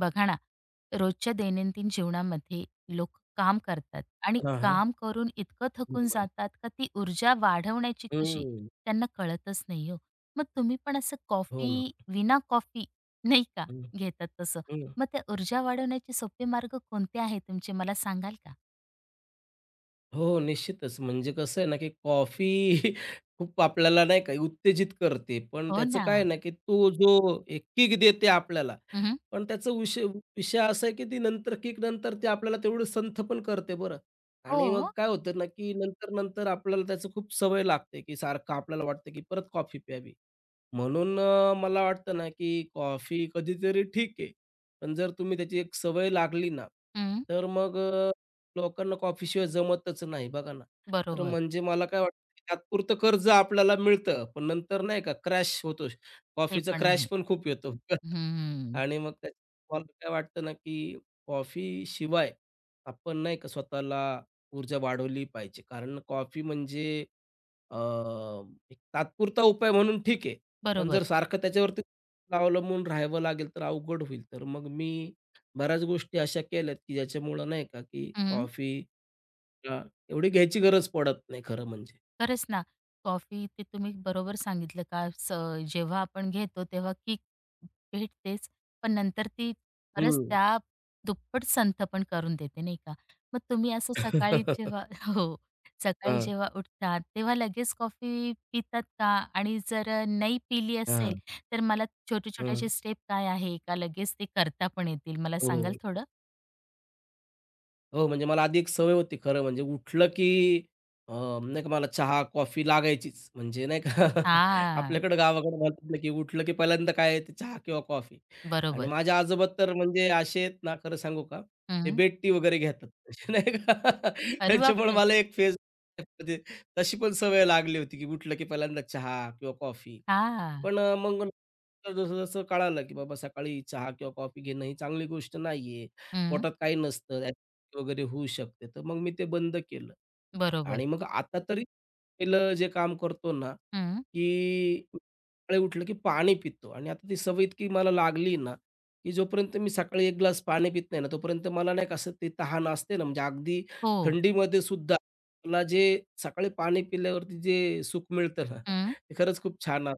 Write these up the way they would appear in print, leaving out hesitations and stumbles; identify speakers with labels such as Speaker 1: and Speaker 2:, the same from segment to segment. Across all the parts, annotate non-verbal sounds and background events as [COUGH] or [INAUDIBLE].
Speaker 1: बघा ना, रोजच्या दैनंदिन जीवनामध्ये लोक काम करतात आणि
Speaker 2: हां, हां.
Speaker 1: काम करून इतकं थकून
Speaker 2: बरोबर आहे.
Speaker 1: जातात का ती ऊर्जा वाढवण्याची कशी
Speaker 2: हं.
Speaker 1: त्यांना कळतच नाही हो. मग तुम्ही पण असं
Speaker 2: हो ना.
Speaker 1: कॉफी विना कॉफी नाही का
Speaker 2: हं,
Speaker 1: घेतात तसं.
Speaker 2: हं.
Speaker 1: मग त्या ऊर्जा वाढवण्याचे सोपे मार्ग कोणते आहेत तुमचे मला सांगाल का?
Speaker 2: हो, निश्चितच. म्हणजे कसं आहे ना, की कॉफी [LAUGHS] खूप आपल्याला नाही का उत्तेजित करते. पण
Speaker 1: हो
Speaker 2: त्याचं
Speaker 1: ना.
Speaker 2: काय आहे ना, की तो जो एक किक देते आपल्याला,
Speaker 1: हं,
Speaker 2: पण त्याचा विषय विषय असा आहे, की ती नंतर किक नंतर ते आपल्याला तेवढं संथ पण करते बरं. आणि मग
Speaker 1: हो.
Speaker 2: काय होतं ना, की नंतर-नंतर आपल्याला त्याची खूप सवय लागते, की सारखं आपल्याला वाटतं, की परत कॉफी प्यावी. म्हणून मला वाटतं ना, की कॉफी कधीतरी ठीक आहे. पण जर तुम्ही त्याची एक सवय लागली ना,
Speaker 1: हं.
Speaker 2: तर मग लोकांना कॉफीशिवाय जमतच नाही बघा ना. तर
Speaker 1: बरोबर.
Speaker 2: म्हणजे मला काय वाटतं, की तात्पुरतं कर्ज आपल्याला मिळतं, पण नंतर नाही का क्रॅश होतो.
Speaker 1: ते
Speaker 2: कॉफीचा
Speaker 1: पण
Speaker 2: क्रॅश
Speaker 1: आहे.
Speaker 2: पण खूप येतो. [LAUGHS]
Speaker 1: हं.
Speaker 2: आणि मग त्यात मला काय वाटतं ना, की कॉफीशिवाय आपण नाही का स्वतःला ऊर्जा वाढवली पाहिजे. कारण कॉफी म्हणजे अ, एक तात्पुरता उपाय म्हणून ठीक आहे. पण
Speaker 1: बरोबर.
Speaker 2: जर सारखं त्याच्यावरती अवलंबून राहावं लागेल तर अवघड होईल. तर मग मी बऱ्याच गोष्टी अशा केल्यात, की ज्याच्यामुळं नाही का, की
Speaker 1: हं.
Speaker 2: कॉफी अ, एवढी घ्यायची गरज पडत नाही खरं म्हणजे.
Speaker 1: खरंच ना, कॉफी ते तुम्ही बरोबर सांगितलं का जेव्हा आपण घेतो तेव्हा किक भेटतेच, पण नंतर ती खरंच
Speaker 2: हं.
Speaker 1: त्या दुप्पट संथ पण करून देते, नाही का? मग तुम्ही असं सकाळी जेव्हा
Speaker 2: [LAUGHS]
Speaker 1: [LAUGHS] हो, सकाळी
Speaker 2: हां,
Speaker 1: जेव्हा उठतात तेव्हा लगेच कॉफी पितात का? आणि जर नाही पिली
Speaker 2: हां,
Speaker 1: असेल,
Speaker 2: हं.
Speaker 1: तर मला छोटे-छोटे
Speaker 2: [LAUGHS]
Speaker 1: स्टेप काय आहे का लगेच ते करता पण येतील? मला सांगाल
Speaker 2: हो.
Speaker 1: थोडं?
Speaker 2: हो, म्हणजे मला आधी एक सवय होती खरं म्हणजे उठलं की अ, नाही का मला चहा, कॉफी लागायचीच. म्हणजे नाही का [LAUGHS]
Speaker 1: हां,
Speaker 2: आपल्याकडं गावाकडे म्हणतात ना, की उठलं की पहिल्यांदा काय ते चहा किंवा कॉफी. आणि
Speaker 1: बरोबर.
Speaker 2: माझे आजोबा तर म्हणजे असे आहेत ना, खरं सांगू का, ते
Speaker 1: हं.
Speaker 2: बेड टी वगैरे घेतात. [LAUGHS] नाही का
Speaker 1: अरे
Speaker 2: त्यांच्यामुळे
Speaker 1: बापरे!
Speaker 2: मला एक फेज म्हणजे तशी पण सवय लागली होती, की उठलं की पहिल्यांदा चहा किंवा कॉफी.
Speaker 1: हां.
Speaker 2: पण मग नंतर जसं-जसं कळालं, की बाबा सकाळी चहा किंवा कॉफी घेणं ही चांगली गोष्ट नाहीये,
Speaker 1: हं.
Speaker 2: पोटात काही नसतं, ॲसिडिटी वगैरे होऊ शकते. तर मग मी ते बंद केलं.
Speaker 1: बरोबर.
Speaker 2: आणि मग आता तरी पहिलं जे काम करतो ना,
Speaker 1: हं.
Speaker 2: की सकाळी उठलं की पाणी पितो आणि आता ती सवय इतकी मला लागली ना, की जोपर्यंत मी सकाळी 1 ग्लास पाणी पित नाही ना, तोपर्यंत मला नाही का असं तहान असते ना, म्हणजे अगदी
Speaker 1: हो.
Speaker 2: थंडीमध्ये सुद्धा मला जे सकाळी पाणी पिल्यावरती जे सुख मिळतं ना,
Speaker 1: हं.
Speaker 2: ते खरंच खूप छान असतं.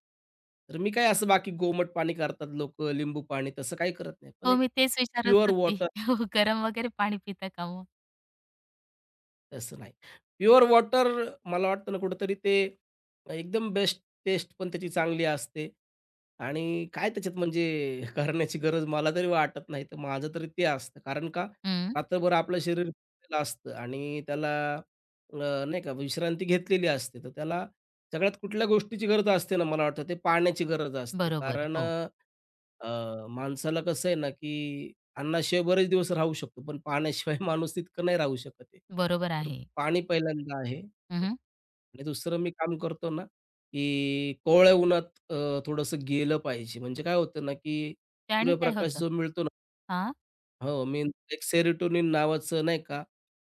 Speaker 2: तर मी काय असं बाकी गोमट पाणी करतात लोकं, लिंबू पाणी तसं काही करत नाही. पण
Speaker 1: हो,
Speaker 2: एक
Speaker 1: मी तेच विचारत
Speaker 2: प्युअर
Speaker 1: होती.
Speaker 2: वॉटर
Speaker 1: [LAUGHS] हो, गरम वगैरे पाणी पिता का मग?
Speaker 2: तसं नाही. प्युअर वॉटर मला वाटतं ना कुठेतरी ते एकदम बेस्ट टेस्ट पण त्याची चांगली असते आणि काय त्याच्यात म्हणजे [LAUGHS] करण्याची गरज मला तरी वाटत नाही. तर माझं तरी ते असतं. कारण का
Speaker 1: हं.
Speaker 2: रात्रभर आपलं शरीर थकलेलं असतं आणि त्याला अ, नाही का विश्रांती घेतलेली असते. तर त्याला सगळ्यात कुठल्या गोष्टीची गरज असते ना मला वाटतं ते पाण्याची गरज असते.
Speaker 1: बरोबर.
Speaker 2: कारण
Speaker 1: हो,
Speaker 2: माणसाला कसं आहे ना, की अन्नाशिवाय बरेच दिवस राहू शकतो, पण पाण्याशिवाय [LAUGHS] माणूस तितकं नाही राहू शकत आहे.
Speaker 1: बरोबर
Speaker 2: तर
Speaker 1: आहे.
Speaker 2: पाणी पहिल्यांदा आहे
Speaker 1: हं,
Speaker 2: आणि दुसरं मी काम करतो ना, की कोवळ्या उन्हात अ, थोडंसं गेलं पाहिजे. म्हणजे काय होतं ना, की
Speaker 1: त्याने काय
Speaker 2: सूर्यप्रकाश
Speaker 1: होतं?
Speaker 2: जो मिळतो ना
Speaker 1: हां.
Speaker 2: हो, मी एक सेरोटोनिन नावाचं नाही का,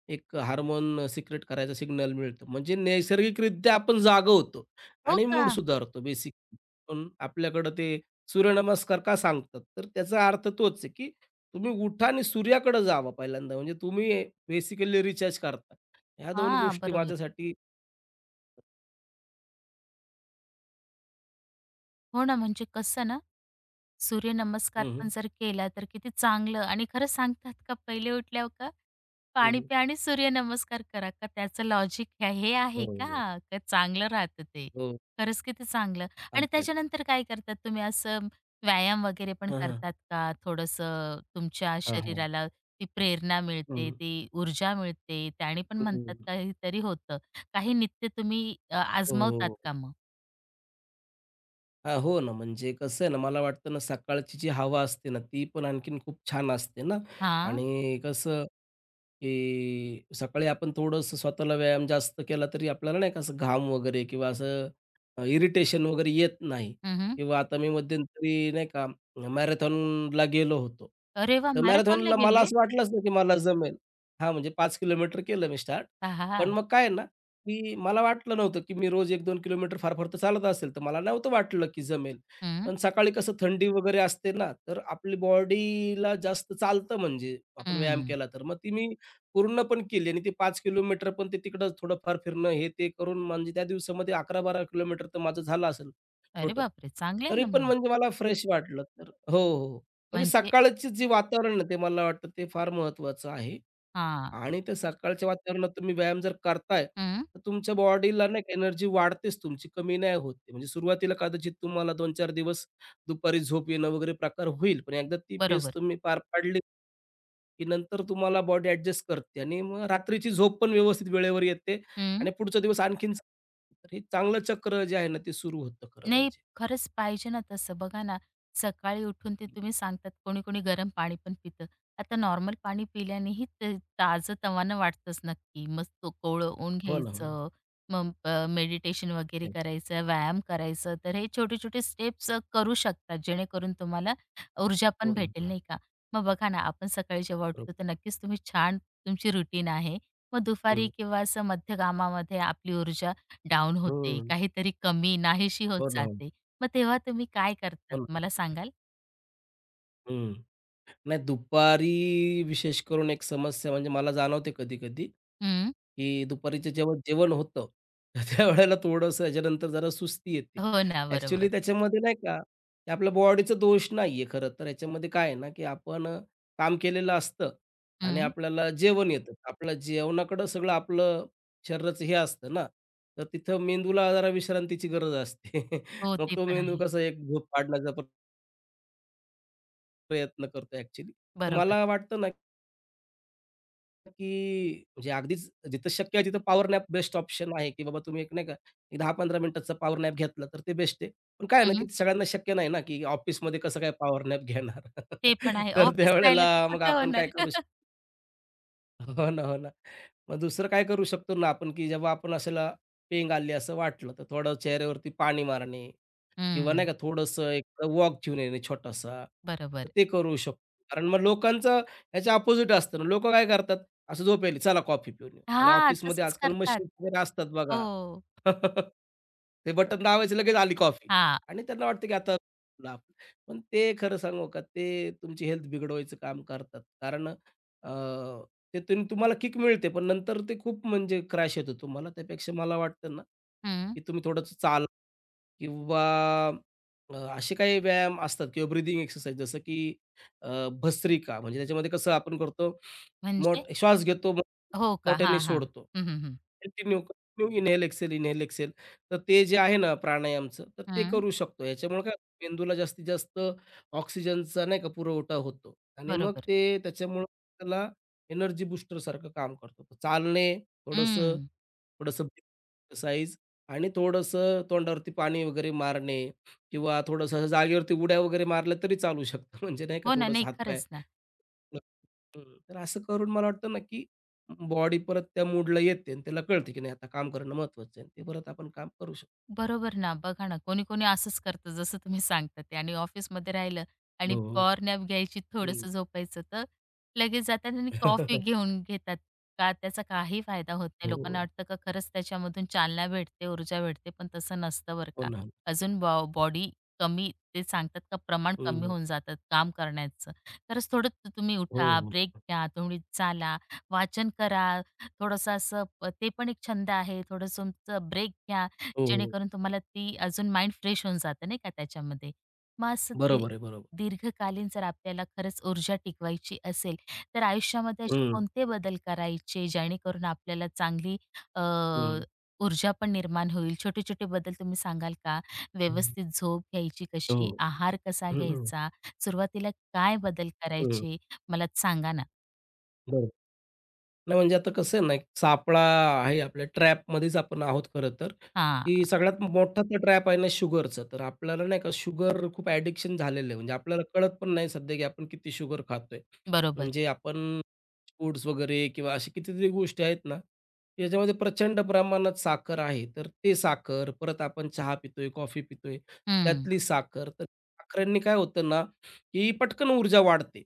Speaker 2: एक हार्मोन सिक्रेट करायचा सिग्नल मिळतो. म्हणजे नैसर्गिकरित्या आपण जागं होतो
Speaker 1: हो
Speaker 2: आणि
Speaker 1: का?
Speaker 2: मूड सुधारतो बेसिक. पण आपल्याकडं ते सूर्यनमस्कार का सांगतात? तर त्याचा अर्थ तोच आहे, की तुम्ही उठा आणि सूर्याकडे जावा पहिल्यांदा. म्हणजे तुम्ही बेसिकली रिचार्ज करता. ह्या 2
Speaker 1: हा,
Speaker 2: गोष्टी
Speaker 1: बरोबर.
Speaker 2: माझ्यासाठी.
Speaker 1: हो ना, म्हणजे कसं ना सूर्यनमस्कार
Speaker 2: हं, हं.
Speaker 1: पण जर केला तर किती चांगलं आणि खरंच सांगतात का पहिले उठल्यावर का पाणी प्या आणि सूर्यनमस्कार करा का त्याचं लॉजिक हे
Speaker 2: हो,
Speaker 1: आहे
Speaker 2: हो.
Speaker 1: का? का चांगलं राहतं ते.
Speaker 2: हो.
Speaker 1: खरंच किती चांगलं आणि
Speaker 2: अगदी, अगदी.
Speaker 1: त्याच्यानंतर काय करतात तुम्ही असं व्यायाम वगैरे पण
Speaker 2: हां, हां.
Speaker 1: करतात का? थोडंसं तुमच्या
Speaker 2: हां, हां.
Speaker 1: शरीराला ती प्रेरणा
Speaker 2: हं,
Speaker 1: मिळते,
Speaker 2: हं.
Speaker 1: ती ऊर्जा मिळते त्याने पण म्हणतात काहीतरी होतं. काही नित्य तुम्ही
Speaker 2: हो,
Speaker 1: आजमावतात
Speaker 2: हो.
Speaker 1: का मग?
Speaker 2: हो ना, म्हणजे कसं आहे ना, मला वाटतं ना, सकाळची जी हवा असते ना, ती पण आणखीन खूप छान असते ना
Speaker 1: हां.
Speaker 2: आणि कसं की सकाळी आपण थोडंसं स्वतःला व्यायाम जास्त केला तरी आपल्याला नाही का असं घाम वगैरे किंवा असं इरिटेशन वगैरे येत नाही
Speaker 1: हं,
Speaker 2: किंवा आता मी मध्यंतरी नाही का मॅरेथॉनला गेलो होतो.
Speaker 1: अरे वाह!
Speaker 2: तर
Speaker 1: मॅरेथॉनला
Speaker 2: मॅरेथॉनला मला
Speaker 1: गेले?
Speaker 2: असं वाटलंच नाही की मला जमेल. हां, म्हणजे 5 किलोमीटर केलं मी स्टार्ट.
Speaker 1: आहा!
Speaker 2: पण मग काय ना, की मला वाटलं नव्हतं की मी रोज 1-2 किलोमीटर फार फार तर चालत असेल, तर मला नव्हतं वाटलं की जमेल.
Speaker 1: हं,
Speaker 2: पण सकाळी कसं थंडी वगैरे असते ना, तर आपली बॉडीला जास्त चालतं म्हणजे आपण व्यायाम
Speaker 1: हं.
Speaker 2: केला तर. मग ती मी पूर्ण पण केली आणि ते 5 किलोमीटर पण ते तिकडं थोडंफार फिरणं, हे ते करून म्हणजे त्या दिवसामध्ये 11-12 किलोमीटर तर माझं झालं असेल
Speaker 1: अरे
Speaker 2: टोटल.
Speaker 1: बापरे! चांगले आहे
Speaker 2: तरी
Speaker 1: ना
Speaker 2: पण
Speaker 1: मग.
Speaker 2: म्हणजे मला फ्रेश वाटलं तर हो, हो. हो. म्हणजे
Speaker 1: म्हणजे
Speaker 2: सकाळचे जे वातावरण आहे ते मला वाटतं ते फार महत्त्वाचं आहे
Speaker 1: हां.
Speaker 2: आणि त्या सकाळच्या वातावरणात तुम्ही व्यायाम जर करताय,
Speaker 1: हं.
Speaker 2: तर तुमच्या बॉडीला नाही एनर्जी वाढतेच तुमची, कमी नाही होते आहे. म्हणजे सुरुवातीला कदाचित तुम्हाला 2-4 दिवस दुपारी झोप येणं वगैरे प्रकार होईल, पण एकदा ती फेज
Speaker 1: बरोबर.
Speaker 2: तुम्ही पार पाडली की नंतर तुम्हाला बॉडी ॲडजस्ट करते आणि मग रात्रीची झोप पण व्यवस्थित वेळेवर येते
Speaker 1: हं.
Speaker 2: आणि पुढचा दिवस आणखीन चांगला. तर हे चांगलं चक्र जे आहे ना, ते सुरू होतं खरं
Speaker 1: नाही,
Speaker 2: म्हणजे.
Speaker 1: खरंच पाहिजे ना तसं. बघा ना, सकाळी उठून ते तुम्ही सांगतात कोणी-कोणी गरम पाणी पण पितं. आता नॉर्मल पाणी पिल्यानेही ते ताजंतवानं वाटतंच नक्की. मग तो कोवळं ऊन
Speaker 2: हो ना, हो ना.
Speaker 1: घ्यायचं, मग मेडिटेशन वगैरे
Speaker 2: ते
Speaker 1: करायचं, व्यायाम करायचं. तर हे छोटे-छोटे स्टेप्स करू शकतात जेणेकरून तुम्हाला ऊर्जा
Speaker 2: हो
Speaker 1: पण
Speaker 2: ना, हो
Speaker 1: भेटेल,
Speaker 2: ना.
Speaker 1: नाही का? मग बघा ना, आपण सकाळी जेव्हा
Speaker 2: बरोबर.
Speaker 1: उठतो तर नक्कीच तुम्ही छान तुमची रुटीन आहे. मग दुपारी
Speaker 2: हं,
Speaker 1: किंवा असं मध्यकामामध्ये आपली ऊर्जा डाउन होते,
Speaker 2: हं.
Speaker 1: काहीतरी कमी, नाहीशी होत
Speaker 2: हो ना, हो ना.
Speaker 1: जाते. मग तेव्हा तुम्ही काय
Speaker 2: हो
Speaker 1: करतात
Speaker 2: ना.
Speaker 1: मला सांगाल?
Speaker 2: हं. नाही, दुपारी विशेष करून एक समस्या म्हणजे मला जाणवते कधी-कधी,
Speaker 1: हं.
Speaker 2: की दुपारीचं जेव्हा जेवण होतं, [LAUGHS] त्यावेळेला थोडंसं याच्यानंतर जरा सुस्ती येते.
Speaker 1: हो ना,
Speaker 2: ॲक्चुअली
Speaker 1: बरोबर.
Speaker 2: त्याच्यामध्ये नाही का, की आपल्या बॉडीचा दोष नाहीये खरं तर. याच्यामध्ये काय आहे ना, की आपण काम केलेलं असतं आणि
Speaker 1: हं.
Speaker 2: आपल्याला जेवण येतं. आपलं जेवणाकडं सगळं आपलं शरीराचं हे असतं ना, तर तिथं मेंदूला जरा विश्रांतीची गरज असते. [LAUGHS]
Speaker 1: हो,
Speaker 2: मग
Speaker 1: ते
Speaker 2: तो
Speaker 1: पण
Speaker 2: मेंदू
Speaker 1: आहे.
Speaker 2: कसा एक झोप पाडण्याचा प्रयत्न करतो ॲक्चुअली. तर
Speaker 1: बरोबर.
Speaker 2: मला वाटतं ना की म्हणजे अगदीच जिथं शक्य आहे तिथं पॉवर नॅप बेस्ट ऑप्शन आहे, की बाबा तुम्ही एक नाही का, एक 10-15 मिनिटाचा पॉवर नॅप घेतला तर ते बेस्ट आहे. पण काय आहे ना, की
Speaker 1: हं.
Speaker 2: सगळ्यांना शक्य नाही ना, की ऑफिसमध्ये कसं काय पॉवर नॅप घेणार?
Speaker 1: ते पण
Speaker 2: [LAUGHS]
Speaker 1: आहे.
Speaker 2: तर
Speaker 1: ऑफिस राहिलं तर
Speaker 2: त्यावेळेला मग
Speaker 1: कुठे
Speaker 2: आपण काय
Speaker 1: होणार?
Speaker 2: करू
Speaker 1: [LAUGHS]
Speaker 2: शकतो हो ना, हो ना. मग दुसरं काय करू शकतो ना आपण, की जेव्हा आपण अशाला पेंग आली असं वाटलं, तर थोडं चेहऱ्यावरती पाणी मारणे किंवा नाही
Speaker 1: हं.
Speaker 2: का थोडंसं एक वॉक घेऊन येणे छोटासा, तर
Speaker 1: बरोबर.
Speaker 2: ते करू शकतो. कारण मग लोकांचं ह्याच्या अपोझिट असतं ना. लोकं काय करतात, असं झोप चला कॉफी पिऊन येऊ आणि
Speaker 1: हां,
Speaker 2: ऑफिसमध्ये
Speaker 1: तसंच
Speaker 2: आजकाल
Speaker 1: करतात.
Speaker 2: मशीन वगैरे असतात बघा.
Speaker 1: हो.
Speaker 2: [LAUGHS] ते बटन दाबायचं लगेच आली कॉफी
Speaker 1: हां.
Speaker 2: आणि त्यांना वाटतं की आता लाभ. पण ते खरं सांगू का, ते तुमची हेल्थ बिघडवायचं काम करतात. कारण त्यातून तुम्हाला किक मिळते, पण नंतर ते खूप म्हणजे क्रॅश येतो तुम्हाला. त्यापेक्षा मला वाटतं ना,
Speaker 1: हं.
Speaker 2: की तुम्ही थोडंसं चाला. किंवा असे काही व्यायाम असतात किंवा ब्रीदिंग एक्सरसाइज जसं की अ, भस्त्रिका म्हणजे त्याच्यामध्ये कसं आपण करतो मोठ
Speaker 1: म्हणजे?
Speaker 2: श्वास घेतो
Speaker 1: हो का?
Speaker 2: मोठ्याने
Speaker 1: हां, हां.
Speaker 2: सोडतो.
Speaker 1: हं, हं, हं.
Speaker 2: Continue, continue inhale, exhale, inhale, exhale. तर ते जे आहे ना प्राणायामचं, तर ते
Speaker 1: हं.
Speaker 2: करू शकतो. याच्यामुळे काय होतं, मेंदूला जास्तीत जास्त ऑक्सिजनचा नाही का पुरवठा होतो आणि मग
Speaker 1: बरोबर.
Speaker 2: ते त्याच्यामुळं त्याला एनर्जी बूस्टरसारखं काम करतो. तर चालणे, थोडंसं,
Speaker 1: हं.
Speaker 2: थोडंसं एक्सरसाइज आणि थोडंसं तोंडावरती पाणी वगैरे मारणे किंवा थोडंसं असं जागेवरती उड्या वगैरे मारल्या तरी चालू शकतं. [LAUGHS] म्हणजे नाही का
Speaker 1: हो ना.
Speaker 2: थोडंसं
Speaker 1: नाही,
Speaker 2: हातपाय
Speaker 1: खरंच ना.
Speaker 2: तर असं करून मला वाटतं ना, की बॉडी परत त्या मूडला येते आणि त्याला कळते, की नाही आता काम करणं महत्त्वाचं आहे. ते परत आपण काम करू हो, हो.
Speaker 1: बरोबर ना. बघा ना, कोणी-कोणी असंच करतं जसं तुम्ही सांगता ते आणि ऑफिसमध्ये राहिलं आणि
Speaker 2: शकतो.
Speaker 1: पॉवर नॅप घ्यायची,
Speaker 2: हं.
Speaker 1: थोडंसं झोपायचं, तर लगेच जातात आणि कॉफी
Speaker 2: [LAUGHS]
Speaker 1: घेऊन घेतात. का त्याचा काही फायदा होत नाही.
Speaker 2: हो, हो.
Speaker 1: लोकांना वाटतं का खरंच त्याच्यामधून चालना भेटते, ऊर्जा भेटते, पण तसं नसतं बरं
Speaker 2: हो
Speaker 1: का.
Speaker 2: ना.
Speaker 1: अजून बॉडी कमी ते सांगतात का प्रमाण कमी
Speaker 2: हं.
Speaker 1: होऊन जातात काम करण्याचं. खरंच थोडं तुम्ही
Speaker 2: हो,
Speaker 1: उठा,
Speaker 2: हो.
Speaker 1: ब्रेक घ्या, तुम्ही चाला, वाचन करा, थोडंसं असं ते पण एक छंद आहे. थोडंसं तुमचं ब्रेक घ्या.
Speaker 2: हो, हो.
Speaker 1: जेणेकरून तुम्हाला ती अजून माइंड फ्रेश होऊन जातं नाही का त्याच्यामध्ये. मग असं ते
Speaker 2: बरोबर आहे, बरोबर.
Speaker 1: दीर्घकालीन जर आपल्याला खरंच ऊर्जा टिकवायची असेल, तर आयुष्यामध्ये असे
Speaker 2: हं,
Speaker 1: कोणते बदल करायचे जेणेकरून आपल्याला चांगली अ,
Speaker 2: हं.
Speaker 1: ऊर्जा पण निर्माण होईल? छोटे-छोटे बदल तुम्ही सांगाल का?
Speaker 2: हं.
Speaker 1: व्यवस्थित झोप घ्यायची
Speaker 2: हो.
Speaker 1: कशी? आहार कसा
Speaker 2: हं, हं.
Speaker 1: घ्यायचा? सुरुवातीला काय बदल करायचे? मला सांगा ना?
Speaker 2: बरोबर. नाही म्हणजे आता कसं आहे ना, एक सापळा आहे आपल्या ट्रॅपमध्येच आपण आहोत खरं तर,
Speaker 1: हां,
Speaker 2: की सगळ्यात मोठा तर ट्रॅप आहे ना शुगरचं. तर आपल्याला नाही का शुगर खूप ॲडिक्शन झालेलं आहे. म्हणजे आपल्याला कळत पण नाही सध्या, की आपण किती शुगर खातोय.
Speaker 1: बरोबर.
Speaker 2: म्हणजे आपण फूड्स वगैरे किंवा अशा कितीतरी गोष्टी आहेत ना, याच्यामध्ये प्रचंड प्रमाणात साखर आहे. तर ते साखर, परत आपण चहा पितोय, कॉफी पितोय,
Speaker 1: हं.
Speaker 2: त्यातली साखर. तर साखरेने काय होतं ना, की पटकन ऊर्जा वाढते.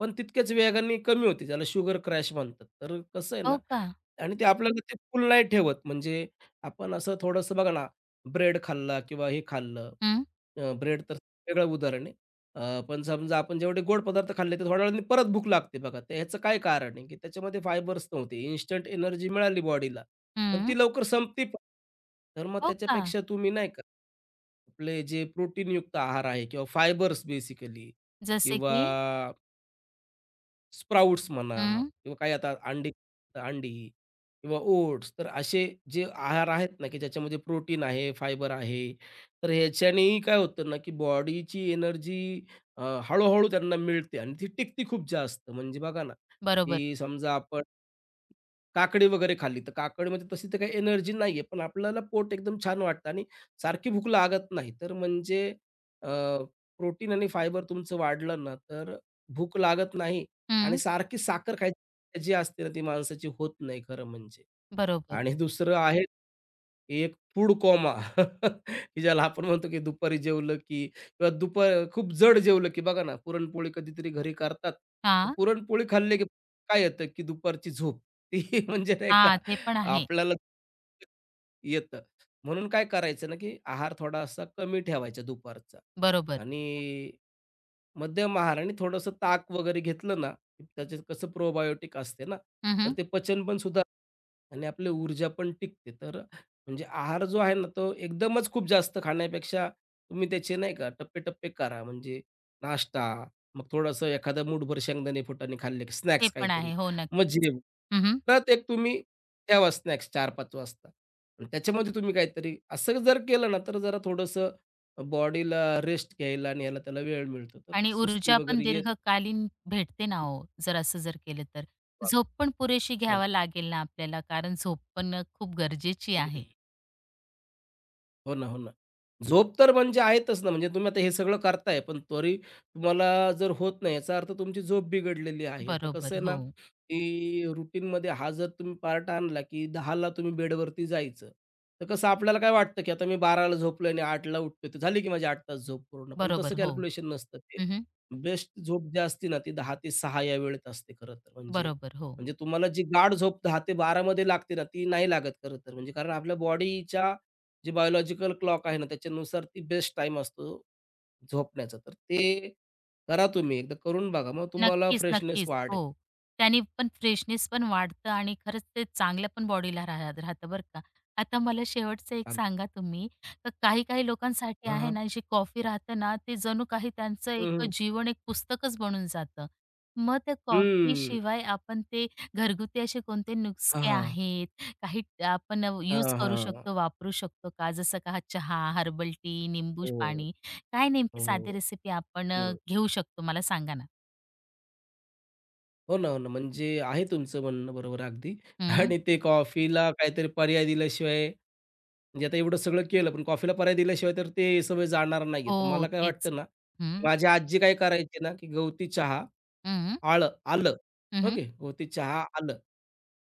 Speaker 2: पण तितक्याच वेगाने कमी होते. त्याला शुगर क्रॅश म्हणतात. तर कसं आहे
Speaker 1: हो
Speaker 2: ना
Speaker 1: का?
Speaker 2: आणि ते आपल्याला ते फुल नाही ठेवत. म्हणजे आपण असं थोडंसं बघा ना, ब्रेड खाल्ला किंवा हे खाल्लं,
Speaker 1: हं,
Speaker 2: ब्रेड तर वेगळं उदाहरण आहे. पण समजा आपण जेवढे गोड पदार्थ खाल्ले, तर थोड्या वेळाने परत भूक लागते बघा. तर ह्याचं काय कारण आहे, की त्याच्यामध्ये फायबर्स नव्हते. इन्स्टंट एनर्जी मिळाली बॉडीला, पण
Speaker 1: हं.
Speaker 2: ती लवकर संपते पण. तर मग
Speaker 1: हो का?
Speaker 2: त्याच्यापेक्षा तुम्ही नाही का, आपले जे प्रोटीनयुक्त आहार आहे किंवा फायबर्स बेसिकली
Speaker 1: जसे
Speaker 2: किंवा
Speaker 1: की?
Speaker 2: स्प्राउट्स म्हणा
Speaker 1: हं.
Speaker 2: किंवा काही आता अंडी अंडी किंवा ओट्स तर असे जे आहार आहेत ना, की ज्याच्यामध्ये प्रोटीन आहे, फायबर आहे. तर ह्याच्यानेही काय होतं ना, की बॉडीची एनर्जी अ, हळू-हळू त्यांना मिळते आणि ती टिकते खूप जास्त. म्हणजे बघा ना,
Speaker 1: बरोबर.
Speaker 2: की समजा आपण काकडी वगैरे खाल्ली, तर काकडीमध्ये तशी तर काही एनर्जी नाहीये, पण आपल्याला पोट एकदम छान वाटतं आणि सारखी भूक लागत नाही. तर म्हणजे अ, प्रोटीन आणि फायबर तुमचं वाढलं ना, तर भूक लागत नाही आणि
Speaker 1: हं.
Speaker 2: सारखी साखर खायची जी असते ना, ती माणसाची होत नाही खरं म्हणजे.
Speaker 1: बरोबर.
Speaker 2: आणि दुसरं आहे एक फूड कोमा [LAUGHS] की ज्याला आपण म्हणतो की दुपारी जेवलं की किंवा दुपार खूप जड जेवलं की बघा ना, पुरणपोळी कधीतरी घरी करतात. तर
Speaker 1: हां.
Speaker 2: पुरणपोळी खाल्ली की काय येतं की दुपारची झोप. ती [LAUGHS] म्हणजे नाही का
Speaker 1: हां, ते पण आहे.
Speaker 2: आपल्याला येतं. म्हणून काय करायचं ना, की आहार थोडासा कमी ठेवायचा दुपारचा
Speaker 1: बरोबर.
Speaker 2: आणि मध्यम आहार आणि थोडंसं ताक वगैरे घेतलं ना, त्याच्यात कसं प्रोबायोटिक असते ना,
Speaker 1: हं,
Speaker 2: तर
Speaker 1: हं.
Speaker 2: ते पचन पण सुधार आणि आपली ऊर्जा पण टिकते. तर म्हणजे आहार जो आहे ना, तो एकदमच खूप जास्त खाण्यापेक्षा तुम्ही त्याचे नाही का टप्पे-टप्पे करा. म्हणजे नाश्ता, मग थोडंसं एखादं मूठभर शेंगदाणे फुटाणे खाल्ले, की
Speaker 1: ते
Speaker 2: स्नॅक्स
Speaker 1: पण
Speaker 2: काहीतरी,
Speaker 1: आहे. हो,
Speaker 2: मग
Speaker 1: नक्कीच.
Speaker 2: जेवण.
Speaker 1: हं, हं.
Speaker 2: परत एक तुम्ही ठेवा स्नॅक्स 4-5 वाजता आणि त्याच्यामध्ये तुम्ही काहीतरी असं जर केलं ना, तर जरा थोडंसं बॉडीला रेस्ट घ्यायला आणि ह्याला त्याला वेळ मिळतो. तर
Speaker 1: आणि
Speaker 2: सुस्ती
Speaker 1: ऊर्जा पण
Speaker 2: वगैरे येत
Speaker 1: दीर्घकालीन भेटते ना हो, जर असं जर केलं तर. झोप पण पुरेशी घ्यावा लागेल ना आपल्याला, कारण झोप पण खूप गरजेची आहे.
Speaker 2: हो ना, हो ना. झोप तर म्हणजे आहेतच ना, म्हणजे तुम्ही आता हे सगळं करताय, पण तरी तुम्हाला जर होत नाही, याचा अर्थ तुमची झोप बिघडलेली आहे. आता कसं
Speaker 1: बरोबर.
Speaker 2: आहे ना,
Speaker 1: हो.
Speaker 2: की रुटीनमध्ये हा जर तुम्ही पार्ट आणला, की 10:00ला तुम्ही बेडवरती जायचं. तर कसं आपल्याला काय वाटतं, की आता मी 12:00ला झोपलोय आणि 8:00ला उठतोय, तर झाली की माझी 8 तास झोप पूर्ण. पण तसं
Speaker 1: बरोबर. हो.
Speaker 2: कॅल्क्युलेशन नसतं ते.
Speaker 1: हं, हं.
Speaker 2: बेस्ट झोप जी असते ना, ती 10 ते 6 या वेळेत असते खरं तर. म्हणजे
Speaker 1: बरोबर. हो.
Speaker 2: म्हणजे तुम्हाला जी गाढ झोप 10 ते 12 मध्ये लागते ना, ती नाही लागत खरं तर. म्हणजे कारण आपल्या बॉडीच्या जी बायोलॉजिकल क्लॉक आहे ना, त्याच्यानुसार ती बेस्ट टाइम असतो झोपण्याचा. तर ते करा तुम्ही, एकदा करून बघा. मग तुम्हाला
Speaker 1: नक्कीच,
Speaker 2: फ्रेशनेस
Speaker 1: नक्कीच.
Speaker 2: वाढेल.
Speaker 1: हो. त्याने पण फ्रेशनेस पण वाढतं आणि खरंच ते चांगलं पण बॉडीला राहतं बरं का. आता मला शेवटचं एक
Speaker 2: अग
Speaker 1: सांगा तुम्ही, तर काही-काही लोकांसाठी
Speaker 2: हां,
Speaker 1: आहे
Speaker 2: हां.
Speaker 1: ना, जी कॉफी राहते ना, ते जणू काही त्यांचं
Speaker 2: हं,
Speaker 1: एक
Speaker 2: हं.
Speaker 1: जीवन एक पुस्तकच बनून जातं. मग त्या
Speaker 2: हं.
Speaker 1: कॉफीशिवाय आपण ते घरगुती असे कोणते नुस्खे
Speaker 2: हां,
Speaker 1: आहेत, काही आपण यूज करू
Speaker 2: हां,
Speaker 1: शकतो, वापरू शकतो का? जसं का हा चहा, हर्बल टी, निंबू
Speaker 2: हो, हो.
Speaker 1: पाणी, काय नेमकी साधी रेसिपी आपण
Speaker 2: हं.
Speaker 1: घेऊ शकतो मला सांगा ना?
Speaker 2: हो ना, हो ना. म्हणजे आहे तुमचं म्हणणं बरोबर अगदी
Speaker 1: हं.
Speaker 2: आणि ते कॉफीला काहीतरी पर्याय दिल्याशिवाय म्हणजे आता एवढं सगळं केलं, पण कॉफीला पर्याय दिल्याशिवाय तर ते सवय जाणार नाहीये. तर मला
Speaker 1: हो,
Speaker 2: काय
Speaker 1: तेच.
Speaker 2: वाटतं ना,
Speaker 1: हं,
Speaker 2: माझी आजी काय करायची ना, की गवती चहा
Speaker 1: हं,
Speaker 2: आळं आलं.
Speaker 1: हं,
Speaker 2: ओके. हो, ते चहा आलं.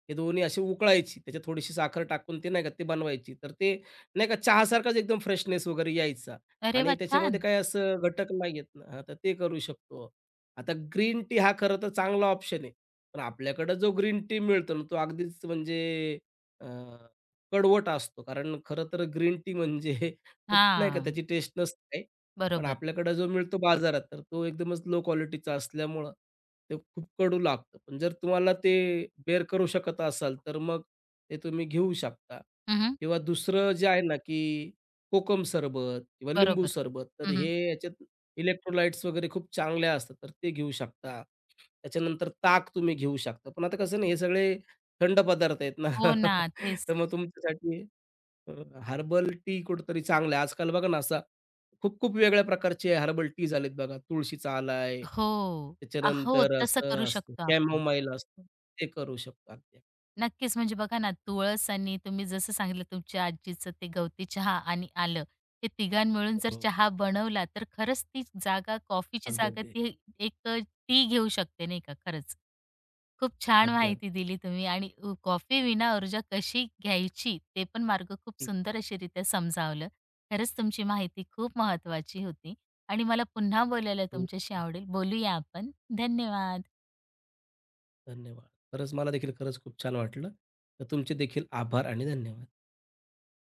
Speaker 2: हे दोन्ही अशी उकळायची. त्याच्यात थोडीशी साखर टाकून ते नाही का ते बनवायची. तर ते नाही का चहासारखाच एकदम फ्रेशनेस वगैरे यायचा
Speaker 1: अरे
Speaker 2: आणि
Speaker 1: वाह!
Speaker 2: त्याच्यामध्ये
Speaker 1: छान.
Speaker 2: काही असं घटक नाहीयेत ना हां, तर ते करू शकतो. आता ग्रीन टी हा खरं तर चांगला ऑप्शन आहे. पण आपल्याकडं जो ग्रीन टी मिळतो ना, तो अगदीच म्हणजे अ, कडवट असतो. कारण खरं तर ग्रीन टी म्हणजे [LAUGHS] खूप नाही का
Speaker 1: हां,
Speaker 2: त्याची टेस्ट नसते. पण
Speaker 1: बरोबर.
Speaker 2: आपल्याकडे जो मिळतो बाजारात, तर तो एकदमच लो क्वालिटीचा असल्यामुळं ते खूप कडू लागतं. पण जर तुम्हाला ते बेअर करू शकत असाल, तर मग ते तुम्ही घेऊ शकता
Speaker 1: हं, हं.
Speaker 2: किंवा दुसरं जे आहे ना, की कोकम सरबत किंवा लिंबू
Speaker 1: बरोबर.
Speaker 2: सरबत, तर
Speaker 1: हं, हं.
Speaker 2: हे याच्यात इलेक्ट्रोलाइट्स वगैरे खूप चांगल्या असतात, तर ते घेऊ शकता. त्याच्यानंतर ताक तुम्ही घेऊ शकता. पण आता कसं ना, हे सगळे थंड पदार्थ आहेत ना,
Speaker 1: हो ना,
Speaker 2: [LAUGHS] तर
Speaker 1: तेच.
Speaker 2: मग तुमच्यासाठी अ, हर्बल टी कुठेतरी चांगला आहे. आजकाल बघा ना, असा खूप खूप वेगळ्या प्रकारचे हर्बल टीज आलेत बघा. तुळशीचा आला आहे,
Speaker 1: हो. हो,
Speaker 2: त्याच्यानंतर
Speaker 1: तसं करू
Speaker 2: असं असतं
Speaker 1: शकतो आपण.
Speaker 2: कॅमोमाईल असतं. ते करू शकतो. अगदी.
Speaker 1: नक्कीच, म्हणजे बघा ना, तुळस आणि तुम्ही जसं सांगितलं तुमच्या आजीचं ते गवती चहा आणि आलं, हे तिघां मिळून जर
Speaker 2: हो.
Speaker 1: चहा बनवला, तर खरंच ती जागा, कॉफीची
Speaker 2: अगदी,
Speaker 1: जागा,
Speaker 2: अगदी.
Speaker 1: ती एक टी घेऊ शकते, नाही का? खरंच. खूप छान
Speaker 2: अगदी,
Speaker 1: माहिती
Speaker 2: अगदी.
Speaker 1: दिली तुम्ही आणि कॉफी विना ऊर्जा कशी घ्यायची ते पण मार्ग खूप
Speaker 2: हं, हं.
Speaker 1: सुंदर अशी रित्या समजावलं. खरंच तुमची माहिती खूप महत्वाची होती आणि मला पुन्हा बोलायला
Speaker 2: हो,
Speaker 1: तुमच्याशी
Speaker 2: हो.
Speaker 1: आवडेल. बोलूया आपण. धन्यवाद.
Speaker 2: धन्यवाद. खरंच मला देखील खरंच खूप छान वाटलं. तर तुमचे देखील आभार आणि धन्यवाद.